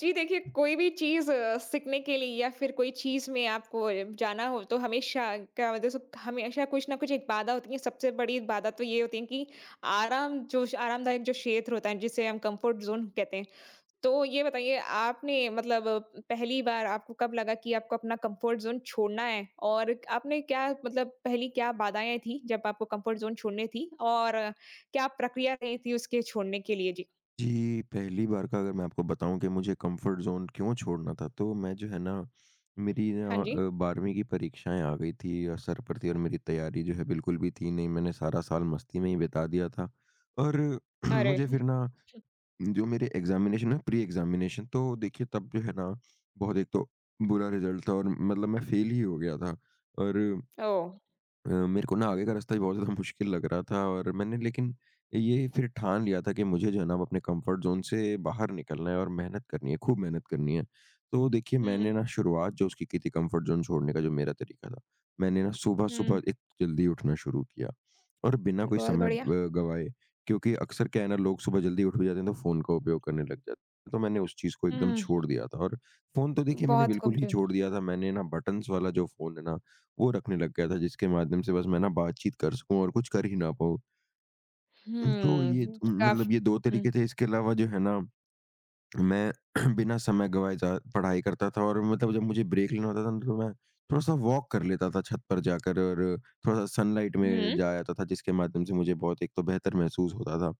जी देखिए, कोई भी चीज़ सीखने के लिए या फिर कोई चीज़ में आपको जाना हो तो हमेशा क्या बोलते हैं सो हमेशा कुछ ना कुछ एक बाधा होती है। सबसे बड़ी बाधा तो ये होती है कि आरामदायक जो क्षेत्र होता है जिसे हम कम्फर्ट ज़ोन कहते हैं। तो ये बताइए आपने मतलब पहली बार आपको कब लगा कि आपको अपना कम्फर्ट ज़ोन छोड़ना है? और आपने क्या मतलब पहली क्या बाधाएँ थी जब आपको कम्फर्ट ज़ोन छोड़नी थी? और क्या प्रक्रिया रही थी उसके छोड़ने के लिए? जी। जी, पहली बार का अगर मैं आपको बताऊँ कि मुझे कम्फ़र्ट ज़ोन क्यों छोड़ना था, तो मैं जो है ना मेरी हाँ ना जी। 12वीं की परीक्षाएँ आ गई थी सर पर थी और मेरी तैयारी जो है बिल्कुल भी थी नहीं, मैंने सारा साल मस्ती में ही बिता दिया था। और अरे! मुझे फिर ना जो मेरे एग्ज़ामिनेशन है प्री एग्ज़ामिनेशन तो देखिए तब जो है ना बहुत एक तो बुरा रिज़ल्ट था और मतलब मैं फ़ेल ही हो गया था और ओह! मेरे को ना आगे का रास्ता ही बहुत ज़्यादा मुश्किल लग रहा था और मैंने लेकिन ये फिर ठान लिया था कि मुझे जो है ना अब अपने कंफर्ट ज़ोन से बाहर निकलना है और मेहनत करनी है, खूब मेहनत करनी है। तो देखिए हुँ। मैंने ना शुरुआत जो उसकी की थी कंफर्ट ज़ोन छोड़ने का जो मेरा तरीका था, मैंने ना हुँ। सुबह-सुबह एक जल्दी उठना शुरू किया और बिना कोई बहुत समय बढ़िया। गँवाए, क्योंकि अक्सर क्या है ना लोग सुबह जल्दी उठ भी जाते हैं तो फ़ोन का उपयोग करने लग जाते हैं। तो मैंने उस चीज़ को एकदम हुँ। छोड़ दिया था और फ़ोन तो देखिए मैंने बहुत बिल्कुल खूब ही जी। छोड़ दिया था। मैंने ना बटन्स वाला जो फ़ोन है ना वो रखने लग गया था जिसके माध्यम से बस मैं ना बातचीत कर सकूँ और कुछ कर ही ना पाऊँ। तो ये हुँ, काफ़ी मतलब ये 2 हुँ, तरीके थे, इसके अलावा जो है ना मैं बिना समय गँवाए जा पढ़ाई करता था और मतलब जब मुझे ब्रेक लेना होता था ना तो मैं थोड़ा-सा वॉक कर लेता था छत पर जाकर और थोड़ा-सा सनलाइट में हुँ, जा आता था जिसके माध्यम से मुझे बहुत एक तो बेहतर महसूस होता था।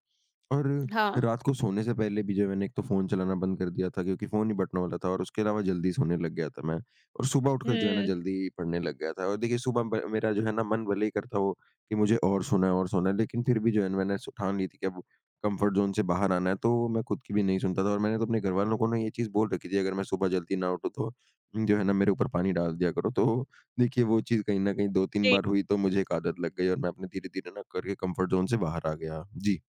और हाँ, रात को सोने से पहले भी जो है, मैंने एक तो फ़ोन चलाना बंद कर दिया था क्योंकि फ़ोन ही बटन वाला था और उसके अलावा जल्दी सोने लग गया था मैं, और सुबह उठकर जो है ना हुँ, जल्दी पढ़ने लग गया था। और देखिए सुबह ब मेरा जो है ना मन भले ही करता हो कि मुझे और सोना है और सोना है, लेकिन फिर भी जो है ना मैंने स ठान ली थी कि अब कम्फ़र्ट ज़ोन से बाहर आना है। तो मैं खुद की भी नहीं सुनता था और मैंने तो अपने घरवालों को ना ये चीज़ बोल रखी थी, अगर मैं सुबह जल्दी ना उठूँ तो जो है ना मेरे ऊपर पानी डाल दिया करो। तो देखिए वो चीज़ कहीं न कहीं 2-3 जी, बार हुई तो मुझे एक आदत लग गई और मैं अपने धीरे-धीरे ना करके कम्फ़र्ट ज़ोन से बाहर आ गया। जी।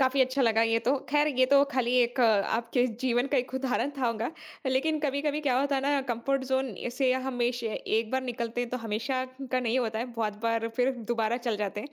काफ़ी अच्छा लगा ये तो। ख़ैर ये तो खाली एक आपके जीवन का एक उदाहरण था होगा। लेकिन कभी-कभी क्या होता है ना कंफर्ट ज़ोन से हमेशा एक बार निकलते हैं तो हमेशा का नहीं होता है, बहुत बार फिर दोबारा चल जाते हैं।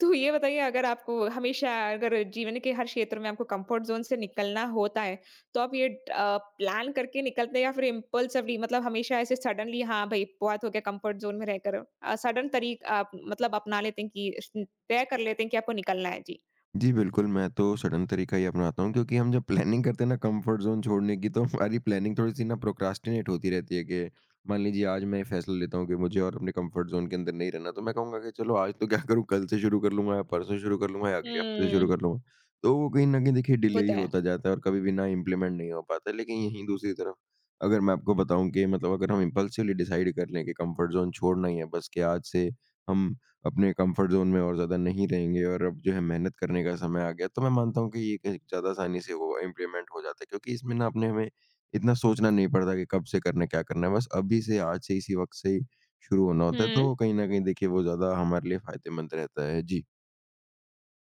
तो ये बताइए अगर आपको हमेशा अगर जीवन के हर क्षेत्र में आपको कंफर्ट ज़ोन से निकलना होता है, तो आप ये प्लान करके निकलते हैं या फिर इम्पल्सिवली मतलब हमेशा ऐसे सडनली हाँ भई बहुत हो गया कंफर्ट ज़ोन में रहकर सडन तरीक़ा आप मतलब अपना लेते हैं कि तय कर लेते हैं कि आपको निकलना है? जी। जी, बिल्कुल, मैं तो सडन तरीका ही अपनाता हूँ क्योंकि हम जब प्लानिंग करते हैं ना कंफर्ट ज़ोन छोड़ने की, तो हमारी प्लानिंग थोड़ी-सी ना प्रोक्रास्टिनेट होती रहती है कि मान लीजिए आज मैं ये फैसला लेता हूँ कि मुझे और अपने कंफर्ट ज़ोन के अंदर नहीं रहना, तो मैं कहूँगा कि चलो आज तो क्या करूँ, कल से शुरू कर लूँगा या परसों शुरू कर लूँगा या अगले हफ्ते से शुरू हुँ। कर लूँगा। तो वो कहीं न कहीं देखिए वो डिले तो ही है। होता जाता है और कभी भी ना इम्प्लीमेंट नहीं हो पाता है। लेकिन यहीं दूसरी तरफ अगर मैं आपको बताऊँ कि मतलब अगर हम इम्पल्सिवली डिसाइड कर लें कि कंफर्ट ज़ोन छोड़ना ही है, बस कि आज से हम अपने कंफर्ट ज़ोन में और ज़्यादा नहीं रहेंगे और अब जो है मेहनत करने का समय आ गया, तो मैं मानता हूँ कि ये कहीं ज़्यादा आसानी से वो इम्प्लीमेंट हो जाता है क्योंकि इसमें ना अपने हमें इतना सोचना नहीं पड़ता कि कब से करना है, क्या करना है। बस अभी से, आज से, इसी वक़्त से ही शुरू होना होता है। हुँ। तो कहीं न कहीं देखिए वो ज़्यादा हमारे लिए फ़ायदेमंद रहता है। जी।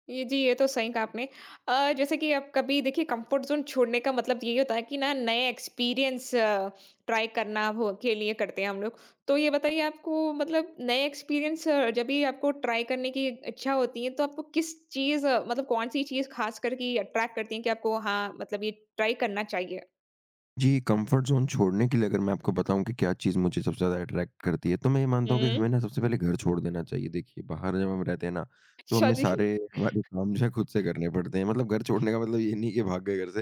ये जी, ये तो सही कहा आपने। जैसे कि आप कभी देखिए कंफर्ट ज़ोन छोड़ने का मतलब यही होता है कि ना नए एक्सपीरियंस ट्राई करना हो के लिए करते हैं हम लोग। तो ये बताइए आपको मतलब नए एक्सपीरियंस जब भी आपको ट्राई करने की इच्छा होती है तो आपको किस चीज़ मतलब कौन-सी चीज़ खास कर के अट्रैक्ट करती है कि आपको हाँ, मतलब ये ट्राई करना चाहिए? जी, कम्फर्ट ज़ोन छोड़ने के लिए अगर मैं आपको बताऊँ कि क्या चीज़ मुझे सबसे ज़्यादा अट्रैक्ट करती है, तो मैं ये मानता हूँ कि हमें हुँ। ना सबसे पहले घर छोड़ देना चाहिए। देखिए, बाहर जब हम रहते हैं ना, तो अच्छा हमें जी। सारे हमारे काम जो है खुद से करने पड़ते हैं। मतलब घर छोड़ने का मतलब ये नहीं कि भाग गए घर से।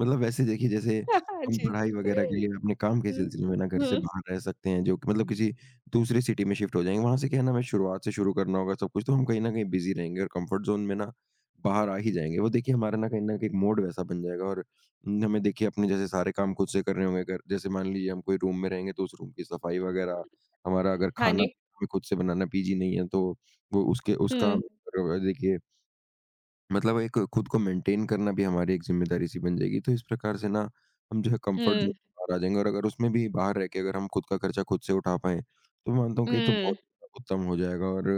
मतलब वैसे देखिए जैसे हम जी। पढ़ाई वगैरह के लिए अपने काम के हुँ। सिलसिले में ना घर से हुँ। बाहर रह सकते हैं, जो कि मतलब किसी दूसरी सिटी में शिफ्ट हो जाएँगे। वहाँ से क्या है ना हमें शुरुआत से शुरू करना होगा सब कुछ, तो हम कहीं न कहीं बिज़ी रहेंगे और कम्फर्ट ज़ोन में ना बाहर आ ही जाएँगे। वो देखिए हमारा ना कहीं न कहीं एक मोड वैसा बन जाएगा, और न हमें देखिए अपने जैसे सारे काम खुद से करने होंगे, अगर जैसे मान लीजिए हम कोई रूम में रहेंगे तो उस रूम की सफाई वगैरह, हमारा अगर हाँ खाना जी। हमें खुद से बनाना पीजी नहीं है तो वो उसके उसका हुँ, र देखिए मतलब एक खुद को मेंटेन करना भी हमारी एक ज़िम्मेदारी-सी बन जाएगी। तो इस प्रकार से ना हम जो है कम्फर्ट ज़ोन हुँ, से बाहर आ जाएँगे, और अगर उसमें भी बाहर रह के अगर हम खुद का खर्चा खुद से उठा पाएँ, तो मैं मानता हूँ कि ये तो हुँ, बहुत उत्तम हो जाएगा और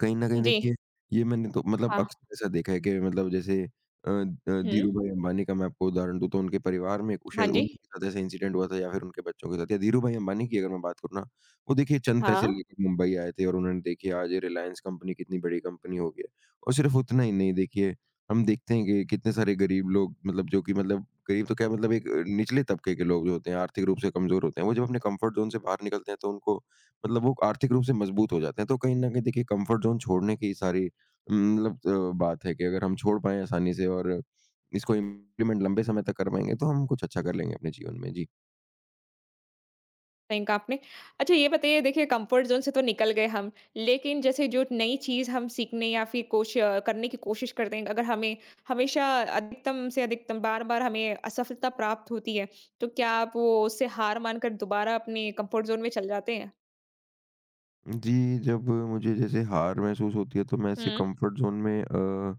कहीं न कहीं जी। देखिए, ये मैंने तो मतलब हाँ। अक्सर ऐसा देखा है कि मतलब जैसे अ अ, हुँ। धीरूभाई अंबानी का मैं आपको उदाहरण दूँ तो उनके परिवार में हाँ शायद जी। उन्हीं के साथ ऐसा इंसिडेंट हुआ था या फिर उनके बच्चों के साथ, या धीरूभाई अंबानी की अगर मैं बात करूँ ना, वो देखिए चंद पैसे हाँ, लेके मुंबई आए थे और उन्होंने देखिए आज रिलायंस कंपनी कितनी बड़ी कंपनी हो गई है। और सिर्फ़ उतना ही नहीं देखिए, हम देखते हैं कि कितने सारे गरीब लोग, मतलब जो कि मतलब गरीब तो क्या मतलब एक निचले तबके के लोग जो होते हैं, आर्थिक रूप से कमज़ोर होते हैं, वो जब अपने कम्फर्ट ज़ोन से बाहर निकलते हैं तो उनको मतलब वो आर्थिक रूप से मजबूत हो जाते हैं। तो कहीं न कहीं देखिए कम्फर्ट ज़ोन छोड़ने की सारी मतलब बात है कि अगर हम छोड़ पाएँ आसानी से और इसको इम्प्लीमेंट लंबे समय तक कर पाएँगे, तो हम कुछ अच्छा कर लेंगे अपने जीवन में। जी। सही कहा आपने। अच्छा ये बताइए देखिए कम्फर्ट ज़ोन से तो निकल गए हम, लेकिन जैसे जो नई चीज़ हम सीखने या फिर करने की कोशिश करते हैं, अगर हमें हमेशा अधिकतम से अधिकतम बार-बार हमें असफलता प्राप्त होती है, तो क्या आप वो उससे हार मानकर दोबारा अपने कम्फर्ट ज़ोन में चले जाते हैं? जी, जब मुझे जैसे हार महसूस होती है तो मैं ऐसे हुँ, कम्फर्ट ज़ोन में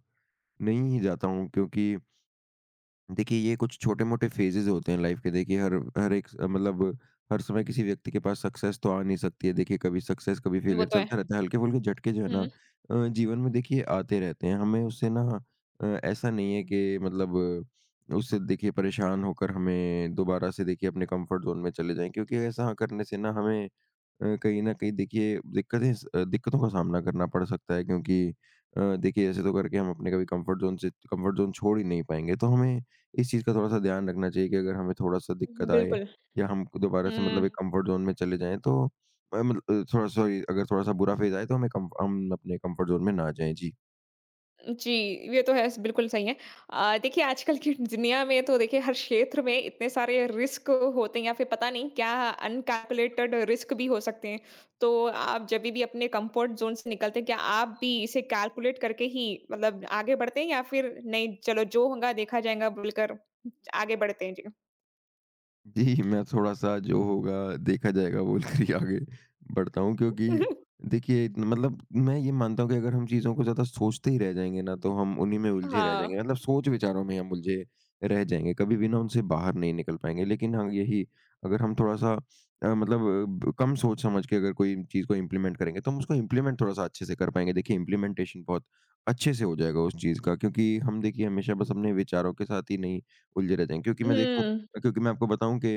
नहीं ही जाता हूँ, क्योंकि देखिए, ये कुछ छोटे-मोटे फ़ेजेज़ होते हैं लाइफ़ के। देखिए, हर हर एक स मतलब हर समय किसी व्यक्ति के पास सक्सेस तो आ नहीं सकती है। देखिए, कभी सक्सेस, कभी वो फेलियर तो चलता है। रहता है। हल्के-फुल्के झटके जो है ना हुँ, जीवन में देखिए आते रहते हैं। हमें उससे ना ऐसा नहीं है कि मतलब उससे देखिए परेशान होकर हमें दोबारा से देखिए अपने कम्फ़र्ट ज़ोन में चले जाएँ, क्योंकि ऐसा करने से ना हमें कहीं न कहीं देखिए दिक्कतों का सामना करना पड़ सकता है, क्योंकि देखिए ऐसे तो करके हम अपने कभी कम्फ़र्ट ज़ोन छोड़ ही नहीं पाएँगे। तो हमें इस चीज़ का थोड़ा-सा ध्यान रखना चाहिए कि अगर हमें थोड़ा-सा दिक्कत आए बिल्कुल। या हम दोबारा से हुँ। मतलब एक कम्फ़र्ट ज़ोन में चले जाएँ, तो मतलब थोड़ा सॉरी, अगर थोड़ा-सा बुरा फ़ेज़ आए तो हमें कम हम अपने कम्फ़र्ट ज़ोन में ना जाएँ। जी। जी, ये तो है, बिल्कुल सही है। देखिए आजकल की दुनिया में तो देखिए हर क्षेत्र में इतने सारे रिस्क होते हैं या फिर पता नहीं क्या अनकैलकुलेटेड रिस्क भी हो सकते हैं। तो आप जब भी अपने कंफर्ट ज़ोन से निकलते हैं, क्या आप भी इसे कैलकुलेट करके ही मतलब आगे बढ़ते हैं या फिर नहीं चलो जो होगा देखा जाएगा बोलकर आगे बढ़ते हैं? जी। जी, मैं थोड़ा-सा जो होगा देखा जाएगा बोल कर ही आगे बढ़ता हूँ, क्योंकि देखिए इतना- मतलब मैं ये मानता हूँ कि अगर हम चीज़ों को ज़्यादा सोचते ही रह जाएँगे ना, तो हम उन्हीं में उलझे रह हाँ। जाएँगे। मतलब सोच-विचारों में हम उलझे रह जाएँगे, कभी भी ना उनसे बाहर नहीं निकल पाएँगे। लेकिन हाँ, यही अगर हम थोड़ा-सा मतलब अ, ब कम सोच-समझ के अगर कोई चीज़ को इम्प्लीमेंट करेंगे, तो हम उसको इम्प्लीमेंट थोड़ा-सा अच्छे से कर पाएँगे। देखिए इम्प्लीमेंटेशन बहुत अच्छे से हो जाएगा उस चीज़ का, क्योंकि हम देखिए हमेशा बस अपने विचारों के साथ ही नहीं उलझे रह जाएँगे। क्योंकि मैं देखूँ हुँ, क्योंकि मैं आपको बताऊँ कि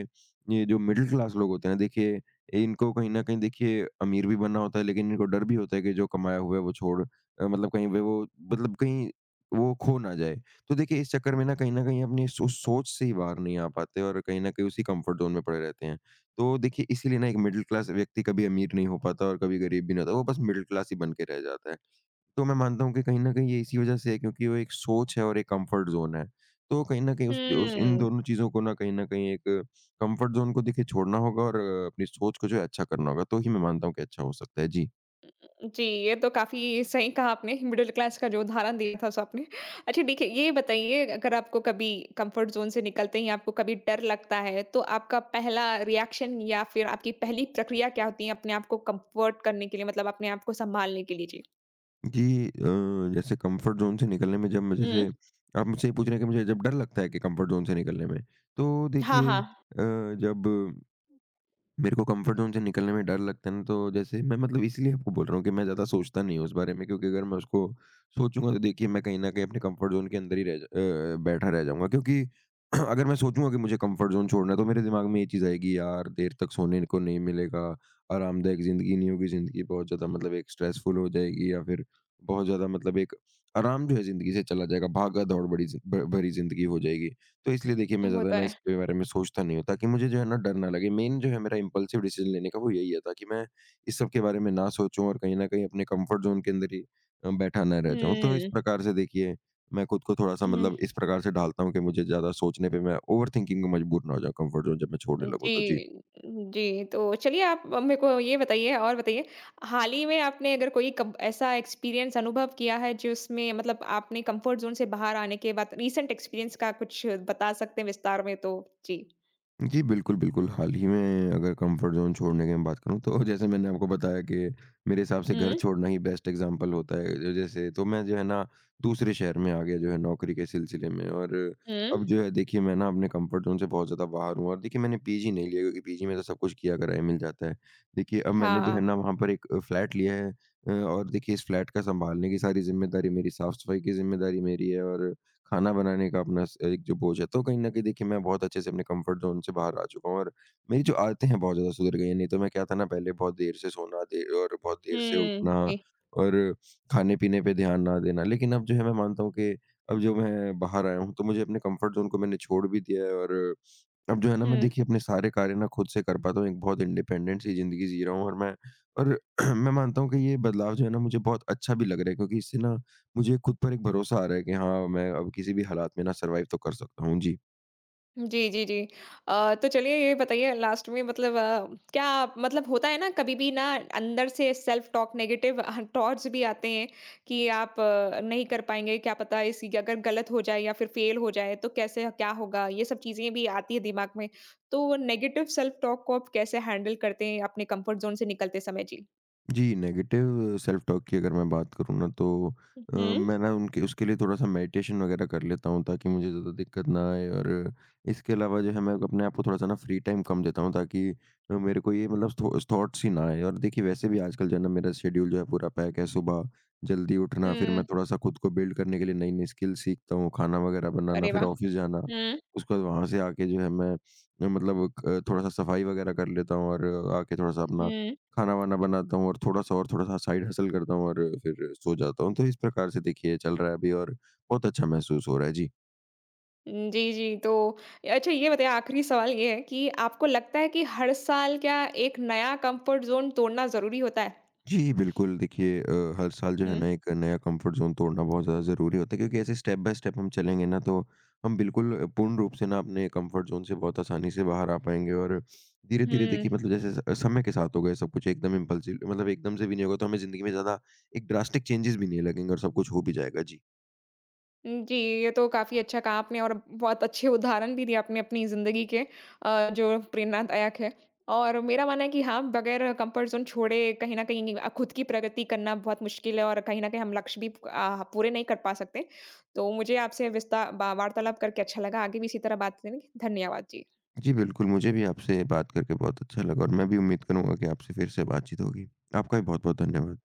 ये जो मिडल क्लास लोग होते हैं देखिए, इनको कहीं न कहीं देखिए अमीर भी बनना होता है, लेकिन इनको डर भी होता है कि जो कमाया हुआ है वो मतलब कहीं पे वो मतलब कहीं वो खो ना जाए। तो देखिए इस चक्कर में ना कहीं न कहीं अपनी सोच से ही बाहर नहीं आ पाते और कहीं न कहीं उसी कम्फर्ट ज़ोन में पड़े रहते हैं। तो देखिए इसीलिए ना एक मिडल क्लास व्यक्ति कभी अमीर नहीं हो पाता और कभी गरीब भी नहीं होता, वो बस मिडल क्लास ही बन के रह जाता है। तो मैं मानता हूँ कि कहीं न कहीं ये इसी वज़ह से है, क्योंकि वो एक सोच है और एक कम्फ़र्ट ज़ोन है। तो कहीं न कहीं उस इन हुँ। दोनों चीज़ों को ना कहीं न कहीं एक कम्फ़र्ट ज़ोन को देखिए छोड़ना होगा और अपनी सोच को जो है अच्छा करना होगा, तो ही मैं मानता हूँ कि अच्छा हो सकता है। जी। जी, ये तो काफ़ी सही कहा आपने, मिडल क्लास का जो उदाहरण दिया था सो आपने। अच्छा देखिए, ये बताइए अगर आपको कभी कंफर्ट ज़ोन से निकलते ही आपको कभी डर लगता है, तो आपका पहला रिएक्शन या फिर आपकी पहली प्रक्रिया क्या होती है अपने आप को कंफर्ट करने के लिए मतलब अपने आप को सँभालने के लिए? जी। जी जैसे कम्फ़र्ट ज़ोन से निकलने में जब मुझे हुँ। से आप मुझसे ये पूछ रहे हैं कि मुझे जब डर लगता है कि कम्फ़र्ट ज़ोन से निकलने में, तो हाँ, देखिए, हाँ। जब मेरे को कंफर्ट ज़ोन से निकलने में डर लगता है ना, तो जैसे मैं मतलब इसलिए आपको बोल रहा हूँ कि मैं ज़्यादा सोचता नहीं हूँ उस बारे में, क्योंकि अगर मैं उसको सोचूँगा तो देखिए मैं कहीं न कहीं अपने कंफर्ट ज़ोन के अंदर ही बैठा रह जाऊँगा, क्योंकि अगर मैं सोचूँगा कि मुझे कंफर्ट ज़ोन छोड़ना है, तो मेरे दिमाग में ये चीज़ आएगी, "यार, देर तक सोने को नहीं मिलेगा, आरामदायक ज़िंदगी नहीं होगी, ज़िंदगी बहुत ज़्यादा मतलब एक स्ट्रेसफुल हो जाएगी या फिर बहुत ज़्यादा मतलब एक आराम जो है ज़िंदगी से चला जाएगा, भागा-दौड़ बड़ी ज़ि भ भरी ज़िंदगी हो जाएगी।" तो इसलिए देखिए मैं वो ज़्यादा तो ना है। इसके बारे में सोचता नहीं हूँ, ताकि मुझे जो है ना डर ना लगे। मेन जो है मेरा इम्पल्सिव डिसीज़न लेने का वो यही है, ताकि मैं इस सब के बारे में ना सोचूँ और कहीं न कहीं अपने कम्फ़र्ट ज़ोन के अंदर ही बैठा ना रह जाऊँ। तो इस हुँ। प्रकार से देखिए मैं खुद को थोड़ा-सा हुँ। मतलब इस प्रकार से ढालता हूँ कि मुझे ज़्यादा सोचने पे मैं ओवरथिंकिंग को मजबूर ना हो जाऊँ, कम्फ़र्ट ज़ोन जब मैं छोड़ने लगूँ तो। जी। जी, जी। तो चलिए आप अब मेरे को ये बताइए और बताइए, हाल ही में आपने अगर कोई कब ऐसा एक्सपीरियंस अनुभव किया है जिसमें मतलब आपने कम्फर्ट ज़ोन से बाहर आने के बाद रीसेंट एक्सपीरियंस का कुछ बता सकते हैं विस्तार में तो? जी। जी, बिल्कुल, बिल्कुल। हाल ही में अगर कम्फ़र्ट ज़ोन छोड़ने की मैं बात करूँ, तो जैसे मैंने आपको बताया कि मेरे हिसाब से घर हुँ, छोड़ना ही बेस्ट एग्ज़ाम्पल होता है। ज जैसे तो मैं जो है ना दूसरे शहर में आ गया जो है नौकरी के सिलसिले में, और अब हुँ। जो है देखिए मैं ना अपने कम्फ़र्ट ज़ोन से बहुत ज़्यादा बाहर हूँ और देखिए मैंने पीजी नहीं लिया, क्योंकि पीजी में तो सब कुछ किया कराया मिल जाता है। देखिए अब मैंने जो है हाँ। ना वहाँ पर एक फ्लैट लिया है, और देखिए इस फ्लैट का सँभालने की सारी ज़िम्मेदारी मेरी, साफ़-सफ़ाई की ज़िम्मेदारी मेरी है और खाना बनाने का अपना स एक जो बोझ है, तो कहीं न कहीं देखिए मैं बहुत अच्छे से अपने कम्फ़र्ट ज़ोन से बाहर आ चुका हूँ और मेरी जो आदतें हैं, बहुत ज़्यादा सुधर गई हैं। नहीं तो मैं क्या था ना, पहले बहुत देर से सोना दे और बहुत देर से हुँ, उठना जी। और खाने-पीने पे ध्यान ना देना। लेकिन अब जो है मैं मानता हूँ कि अब जो मैं बाहर आया हूँ तो मुझे अपने कम्फ़र्ट ज़ोन को मैंने छोड़ भी दिया है और अब जो है ना हुँ। मैं देखिए अपने सारे कार्य ना खुद से कर पाता हूँ, एक बहुत इंडिपेंडेंट सी ज़िंदगी जी रहा हूँ। और मैं और मैं मानता हूँ कि ये बदलाव जो है ना मुझे बहुत अच्छा भी लग रहा है, क्योंकि इससे ना मुझे खुद पर एक भरोसा आ रहा है कि हाँ, मैं अब किसी भी हालात में ना सर्वाइव तो कर सकता हूँ। जी। जी, जी, जी। तो चलिए ये बताइए लास्ट में मतलब क्या मतलब होता है ना कभी भी ना अंदर से सेल्फ टॉक नेगेटिव थॉट्स भी आते हैं कि आप नहीं कर पाएँगे, क्या पता इसी अगर गलत हो जाए या फिर फेल हो जाए तो कैसे क्या होगा? ये सब चीज़ें भी आती है दिमाग में। तो वो नेगेटिव सेल्फ टॉक को आप कैसे हैंडल करते हैं अपने कम्फर्ट ज़ोन से निकलते समय? जी। जी, नेगेटिव सेल्फ टॉक की अगर मैं बात करूँ ना, तो हुँ। मैं ना उनके उसके लिए थोड़ा-सा मेडिटेशन वगैरह कर लेता हूँ, ताकि मुझे ज़्यादा दिक्कत ना आए और इसके अलावा जो है मैं अपने आप को थोड़ा-सा ना फ्री टाइम कम देता हूँ, ताकि मेरे को ये मतलब थॉ थॉट्स ही ना आए और देखिए वैसे भी आजकल जो है ना मेरा शेड्यूल जो है पूरा पैक है। सुबह जल्दी उठना, फिर मैं हुँ। थोड़ा-सा खुद को बिल्ड करने के लिए नई-नई स्किल सीखता हूँ, खाना वगैरह बनाना, अरे फिर वाह! ऑफ़िस जाना। हुँ। उसके बाद वहाँ से आके जो है मैं मतलब क थोड़ा-सा सफाई वगैरह कर लेता हूँ और आके थोड़ा-सा अपना हुँ। खाना-वाना बनाता हूँ और थोड़ा-सा साइड हसल करता हूँ और फिर सो जाता हूँ। तो इस प्रकार से देखिए चल रहा है अभी और बहुत अच्छा महसूस हो रहा है। जी। जी, जी। तो अच्छा ये बताइए आखिरी सवाल ये है कि आपको लगता है कि हर साल क्या एक नया कंफर्ट ज़ोन तोड़ना ज़रूरी होता है? जी, बिल्कुल देखिए, हर साल जो है हुँ। ना एक नया कम्फर्ट ज़ोन तोड़ना बहुत ज़्यादा ज़रूरी होता है, क्योंकि ऐसे स्टेप बाय स्टेप हम चलेंगे ना, तो हम बिल्कुल पूर्ण रूप से ना अपने कम्फर्ट ज़ोन से बहुत आसानी से बाहर आ पाएँगे और धीरे-धीरे हुँ। देखिए मतलब जैसे स समय के साथ होगा, ये सब कुछ एकदम इम्पल्सिव मतलब एकदम से भी नहीं होगा, तो हमें ज़िंदगी में ज़्यादा एक ड्रास्टिक चेंजेज़ भी नहीं लगेंगे और सब कुछ हो भी जाएगा। जी। जी, ये तो काफ़ी अच्छा कहा आपने और बहुत अच्छे उदाहरण भी दिए आपने अपनी ज़िंदगी के जो प्रेरणादायक है। और मेरा मानना है कि हाँ, बगैर कंफर्ट ज़ोन छोड़े कहीं न कहीं खुद की प्रगति करना बहुत मुश्किल है और कहीं न कहीं हम लक्ष्य भी पूरे नहीं कर पा सकते। तो मुझे आपसे विस्ता बा वार्तालाप करके अच्छा लगा। आगे भी इसी तरह बात करेंगे। धन्यवाद। जी। जी, बिल्कुल, मुझे भी आपसे बात करके बहुत अच्छा लगा और मैं भी उम्मीद करूँगा कि आपसे फिर से बातचीत होगी। आपका भी बहुत-बहुत धन्यवाद।